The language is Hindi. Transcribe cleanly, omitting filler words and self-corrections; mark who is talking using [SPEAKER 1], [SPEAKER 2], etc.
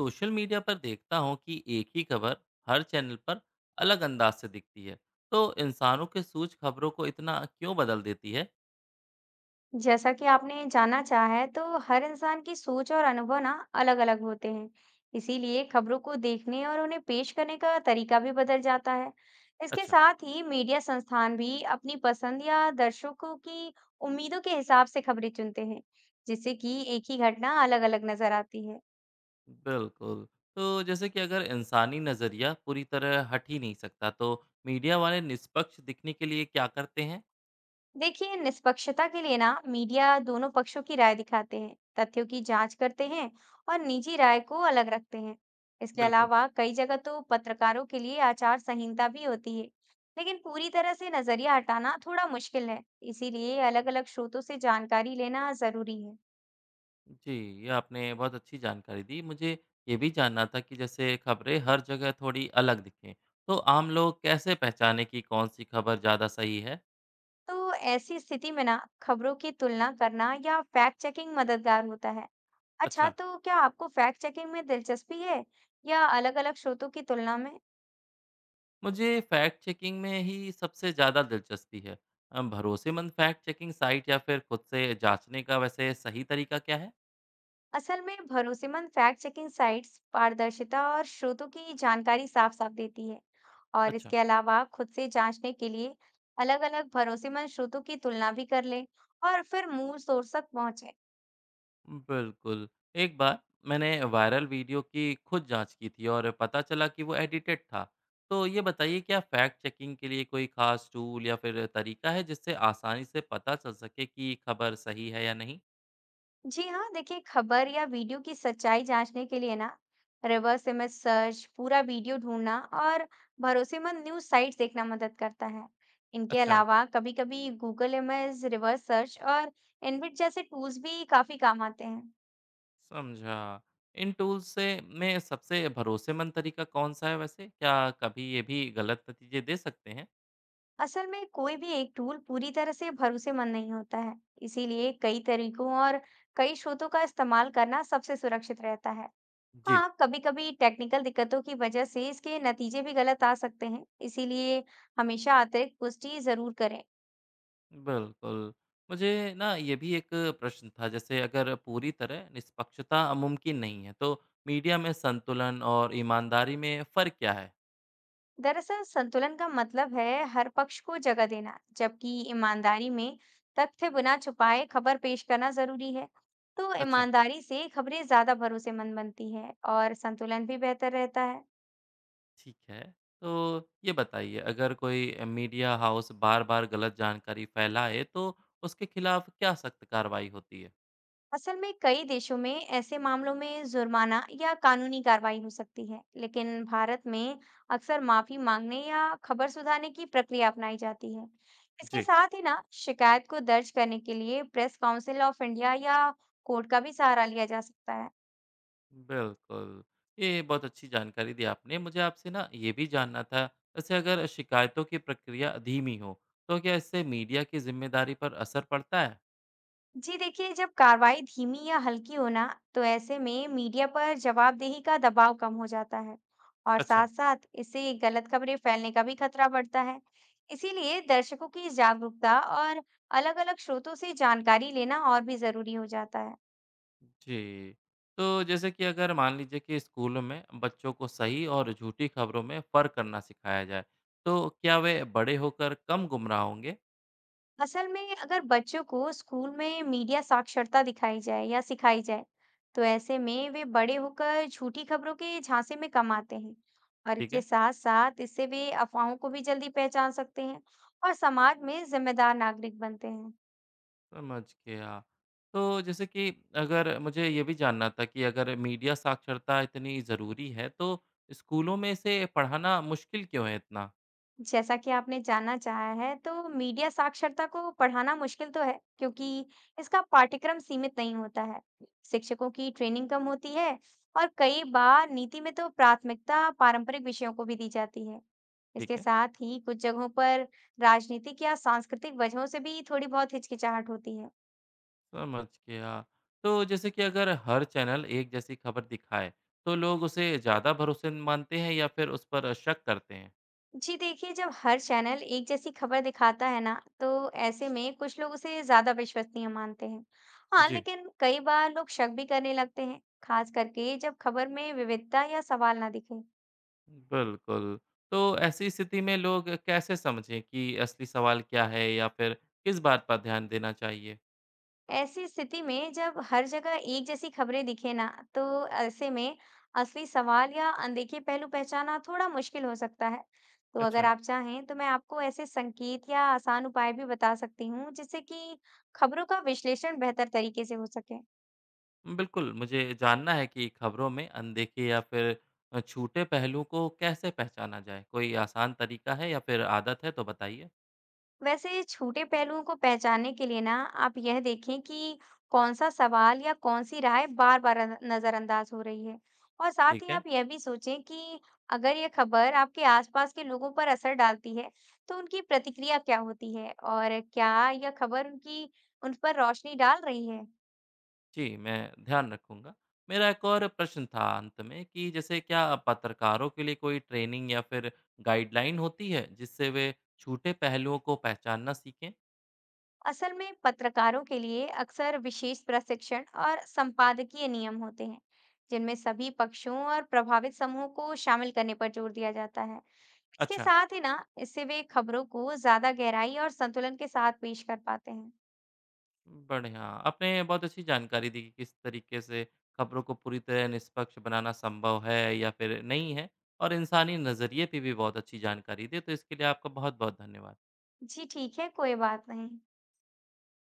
[SPEAKER 1] सोशल मीडिया पर देखता हूँ कि एक ही खबर हर चैनल पर अलग अंदाज से दिखती है। तो इंसानों के सोच खबरों को इतना क्यों बदल देती है?
[SPEAKER 2] जैसा कि आपने जाना चाहा है, तो हर इंसान की सोच और अनुभव ना अलग-अलग होते हैं। इसीलिए खबरों को देखने और उन्हें पेश करने का तरीका भी बदल जाता है। इसके
[SPEAKER 1] अच्छा।
[SPEAKER 2] साथ ही मीडिया संस्थान भी अपनी पसंद या दर्शकों की उम्मीदों के हिसाब से खबरें चुनते हैं, जिससे कि एक ही घटना अलग-अलग नजर आती है।
[SPEAKER 1] बिल्कुल, तो जैसे कि अगर इंसानी नज़रिया पूरी तरह हट ही नहीं सकता, तो मीडिया वाले निष्पक्ष दिखने के लिए क्या करते हैं?
[SPEAKER 2] देखिए, निष्पक्षता के लिए ना मीडिया दोनों पक्षों की राय दिखाते हैं, तथ्यों की जांच करते हैं और निजी राय को अलग रखते हैं। इसके
[SPEAKER 1] बिल्कुल।
[SPEAKER 2] अलावा कई जगह तो पत्रकारों के लिए आचार संहिता भी होती है। लेकिन पूरी तरह से नजरिया हटाना थोड़ा मुश्किल है, इसीलिए अलग-अलग स्रोतों से जानकारी लेना जरूरी है।
[SPEAKER 1] जी, ये आपने बहुत अच्छी जानकारी दी मुझे। ये भी जानना था कि जैसे खबरें हर जगह थोड़ी अलग दिखें, तो आम लोग कैसे पहचाने कि कौन सी खबर ज़्यादा सही है?
[SPEAKER 2] तो ऐसी स्थिति में ना खबरों की तुलना करना या फैक्ट चेकिंग मददगार होता है। अच्छा,
[SPEAKER 1] अच्छा।
[SPEAKER 2] तो क्या आपको फैक्ट चेकिंग में दिलचस्पी है या अलग-अलग स्रोतों की तुलना में?
[SPEAKER 1] मुझे फैक्ट चेकिंग में ही सबसे ज़्यादा दिलचस्पी है। भरोसेमंद फैक्ट चेकिंग साइट या फिर खुद से जांचने का वैसे सही तरीका क्या है?
[SPEAKER 2] असल में भरोसेमंद फैक्ट चेकिंग साइट्स पारदर्शिता और स्रोतों की जानकारी साफ साफ देती है। और
[SPEAKER 1] अच्छा।
[SPEAKER 2] इसके अलावा खुद से जांचने के लिए अलग अलग भरोसेमंद स्रोतों की तुलना भी कर लें और फिर मूल सोर्स तक पहुंचे।
[SPEAKER 1] बिल्कुल, एक बार मैंने वायरल वीडियो की खुद जांच की थी और पता चला कि वो एडिटेड था। तो ये बताइए, क्या फैक्ट चेकिंग के लिए कोई खास टूल या फिर तरीका है जिससे आसानी से पता चल सके कि खबर सही है या नहीं?
[SPEAKER 2] जी हाँ, देखिए, खबर या वीडियो की सच्चाई जांचने के लिए ना रिवर्स इमेज सर्च, पूरा वीडियो ढूंढना और भरोसेमंद न्यूज साइट्स देखना मदद करता है। इनके
[SPEAKER 1] अच्छा।
[SPEAKER 2] अलावा कभी कभी गूगल इमेज रिवर्स सर्च और इनविट जैसे टूल्स भी काफी काम आते हैं।
[SPEAKER 1] समझा। इन टूल्स से में सबसे भरोसेमंद तरीका कौन-सा है वैसे? क्या कभी ये भी गलत नतीजे दे सकते हैं?
[SPEAKER 2] असल में कोई भी एक टूल पूरी तरह से भरोसेमंद नहीं होता है। इसीलिए कई तरीकों और कई स्रोतों का इस्तेमाल करना सबसे सुरक्षित रहता है।
[SPEAKER 1] जी।
[SPEAKER 2] हाँ, कभी कभी टेक्निकल दिक्कतों की वजह से इसके नतीजे भी गलत आ सकते हैं, इसीलिए हमेशा अतिरिक्त पुष्टि जरूर करें।
[SPEAKER 1] बिल्कुल। मुझे ना ये भी एक प्रश्न था, जैसे अगर पूरी तरह निष्पक्षता मुमकिन नहीं है, तो मीडिया में संतुलन और ईमानदारी में फ़र्क क्या है?
[SPEAKER 2] दरअसल संतुलन का मतलब है हर पक्ष को जगह देना, जबकि ईमानदारी में तथ्य बिना छुपाए खबर पेश करना जरूरी है। तो
[SPEAKER 1] अच्छा।
[SPEAKER 2] ईमानदारी से खबरें ज्यादा भरोसेमंद बनती है और संतुलन भी बेहतर रहता है।
[SPEAKER 1] ठीक है। तो ये बताइए, अगर कोई मीडिया हाउस बार-बार गलत जानकारी फैलाए, तो उसके खिलाफ क्या सख्त कार्रवाई होती है?
[SPEAKER 2] असल में कई देशों में ऐसे मामलों में जुर्माना या कानूनी कार्रवाई हो सकती है, लेकिन भारत में अक्सर माफी मांगने या खबर सुधारने की प्रक्रिया अपनाई जाती है। इसके
[SPEAKER 1] जी।
[SPEAKER 2] साथ ही ना शिकायत को दर्ज करने के लिए प्रेस काउंसिल ऑफ इंडिया या कोर्ट का भी सहारा लिया जा सकता है।
[SPEAKER 1] बिल्कुल। ये बहुत अच्छी जानकारी दी आपने। मुझे आपसे ना ये भी जानना था, वैसे अगर शिकायतों की प्रक्रिया धीमी हो, तो क्या इससे मीडिया की ज़िम्मेदारी पर असर पड़ता है?
[SPEAKER 2] जी, देखिए, जब कार्रवाई धीमी या हल्की हो ना, तो ऐसे में मीडिया पर जवाबदेही का दबाव कम हो जाता है और
[SPEAKER 1] अच्छा।
[SPEAKER 2] साथ-साथ इससे गलत खबरें फैलने का भी खतरा बढ़ता है। इसीलिए दर्शकों की जागरूकता और अलग-अलग स्रोतों से जानकारी लेना और भी जरूरी हो जाता है।
[SPEAKER 1] जी। तो जैसे कि अगर मान लीजिए कि स्कूलों में बच्चों को सही और झूठी खबरों में फ़र्क करना सिखाया जाए, तो क्या वे बड़े होकर कम गुमराह होंगे?
[SPEAKER 2] असल में अगर बच्चों को स्कूल में मीडिया साक्षरता दिखाई जाए या सिखाई जाए, तो ऐसे में वे बड़े होकर झूठी खबरों के झांसे में कम आते हैं और
[SPEAKER 1] ठीक
[SPEAKER 2] इसके
[SPEAKER 1] है।
[SPEAKER 2] साथ साथ इससे वे अफवाहों को भी जल्दी पहचान सकते हैं और समाज में जिम्मेदार नागरिक बनते हैं।
[SPEAKER 1] समझ गया। तो जैसे कि अगर मुझे ये भी जानना था कि अगर मीडिया साक्षरता इतनी ज़रूरी है, तो स्कूलों में इसे पढ़ाना मुश्किल क्यों है इतना?
[SPEAKER 2] जैसा कि आपने जानना चाहा है, तो मीडिया साक्षरता को पढ़ाना मुश्किल तो है, क्योंकि इसका पाठ्यक्रम सीमित नहीं होता है। शिक्षकों की ट्रेनिंग कम होती है और कई बार नीति में तो प्राथमिकता पारंपरिक विषयों को भी दी जाती है।
[SPEAKER 1] ठीक
[SPEAKER 2] इसके
[SPEAKER 1] है,
[SPEAKER 2] साथ ही कुछ जगहों पर राजनीतिक या सांस्कृतिक वजहों से भी थोड़ी बहुत हिचकिचाहट होती है।
[SPEAKER 1] समझ गया। तो जैसे कि अगर हर चैनल एक जैसी खबर दिखाए, तो लोग उसे ज़्यादा भरोसेमंद मानते हैं या फिर उस पर शक करते हैं?
[SPEAKER 2] जी, देखिए, जब हर चैनल एक जैसी खबर दिखाता है ना, तो ऐसे में कुछ लोग उसे ज़्यादा विश्वसनीय मानते हैं। हाँ,
[SPEAKER 1] जी,
[SPEAKER 2] लेकिन कई बार लोग शक भी करने लगते हैं, खास करके जब खबर में विविधता या सवाल ना दिखे।
[SPEAKER 1] बिल्कुल। तो ऐसी स्थिति में लोग कैसे समझें कि असली सवाल क्या है या फिर किस बात पर ध्यान देना चाहिए?
[SPEAKER 2] ऐसी स्थिति में जब हर जगह एक जैसी खबरें दिखे ना, तो ऐसे में असली सवाल या अनदेखे पहलू पहचाना थोड़ा मुश्किल हो सकता है। तो अगर
[SPEAKER 1] अच्छा।
[SPEAKER 2] आप चाहें, तो मैं आपको ऐसे संकेत या आसान उपाय भी बता सकती हूँ, जिससे कि खबरों का विश्लेषण बेहतर तरीके से हो सके।
[SPEAKER 1] बिल्कुल, मुझे जानना है कि खबरों में अनदेखे या फिर छूटे पहलुओं को कैसे पहचाना जाए? कोई आसान तरीका है या फिर आदत है तो बताइए।
[SPEAKER 2] वैसे छोटे पहलुओं को पहचानने के लिए ना आप यह देखें कि कौन सा सवाल या कौन सी राय बार बार नजरअंदाज हो रही है। और साथ
[SPEAKER 1] ठीक
[SPEAKER 2] ही
[SPEAKER 1] है,
[SPEAKER 2] आप यह भी सोचें कि अगर यह खबर आपके आसपास के लोगों पर असर डालती है, तो उनकी प्रतिक्रिया क्या होती है और क्या यह खबर उनकी उन पर रोशनी डाल रही है।
[SPEAKER 1] जी, मैं ध्यान रखूँगा। मेरा एक और प्रश्न था अंत में, कि जैसे क्या पत्रकारों के लिए कोई ट्रेनिंग या फिर गाइडलाइन होती है, जिससे वे छूटे पहलुओं को पहचानना सीखें?
[SPEAKER 2] असल में पत्रकारों के लिए अक्सर विशेष प्रशिक्षण और संपादकीय नियम होते हैं, जिनमें सभी पक्षों और प्रभावित समूह को शामिल करने पर जोर दिया जाता है। इसके
[SPEAKER 1] अच्छा।
[SPEAKER 2] साथ ही ना इससे वे खबरों को ज्यादा गहराई और संतुलन के साथ पेश कर पाते हैं।
[SPEAKER 1] बढ़िया। आपने बहुत अच्छी जानकारी दी कि किस तरीके से खबरों को पूरी तरह निष्पक्ष बनाना संभव है या फिर नहीं है और इंसानी नज़रिए पे भी बहुत अच्छी जानकारी दी। तो इसके लिए आपका बहुत-बहुत धन्यवाद।
[SPEAKER 2] जी ठीक है, कोई बात नहीं।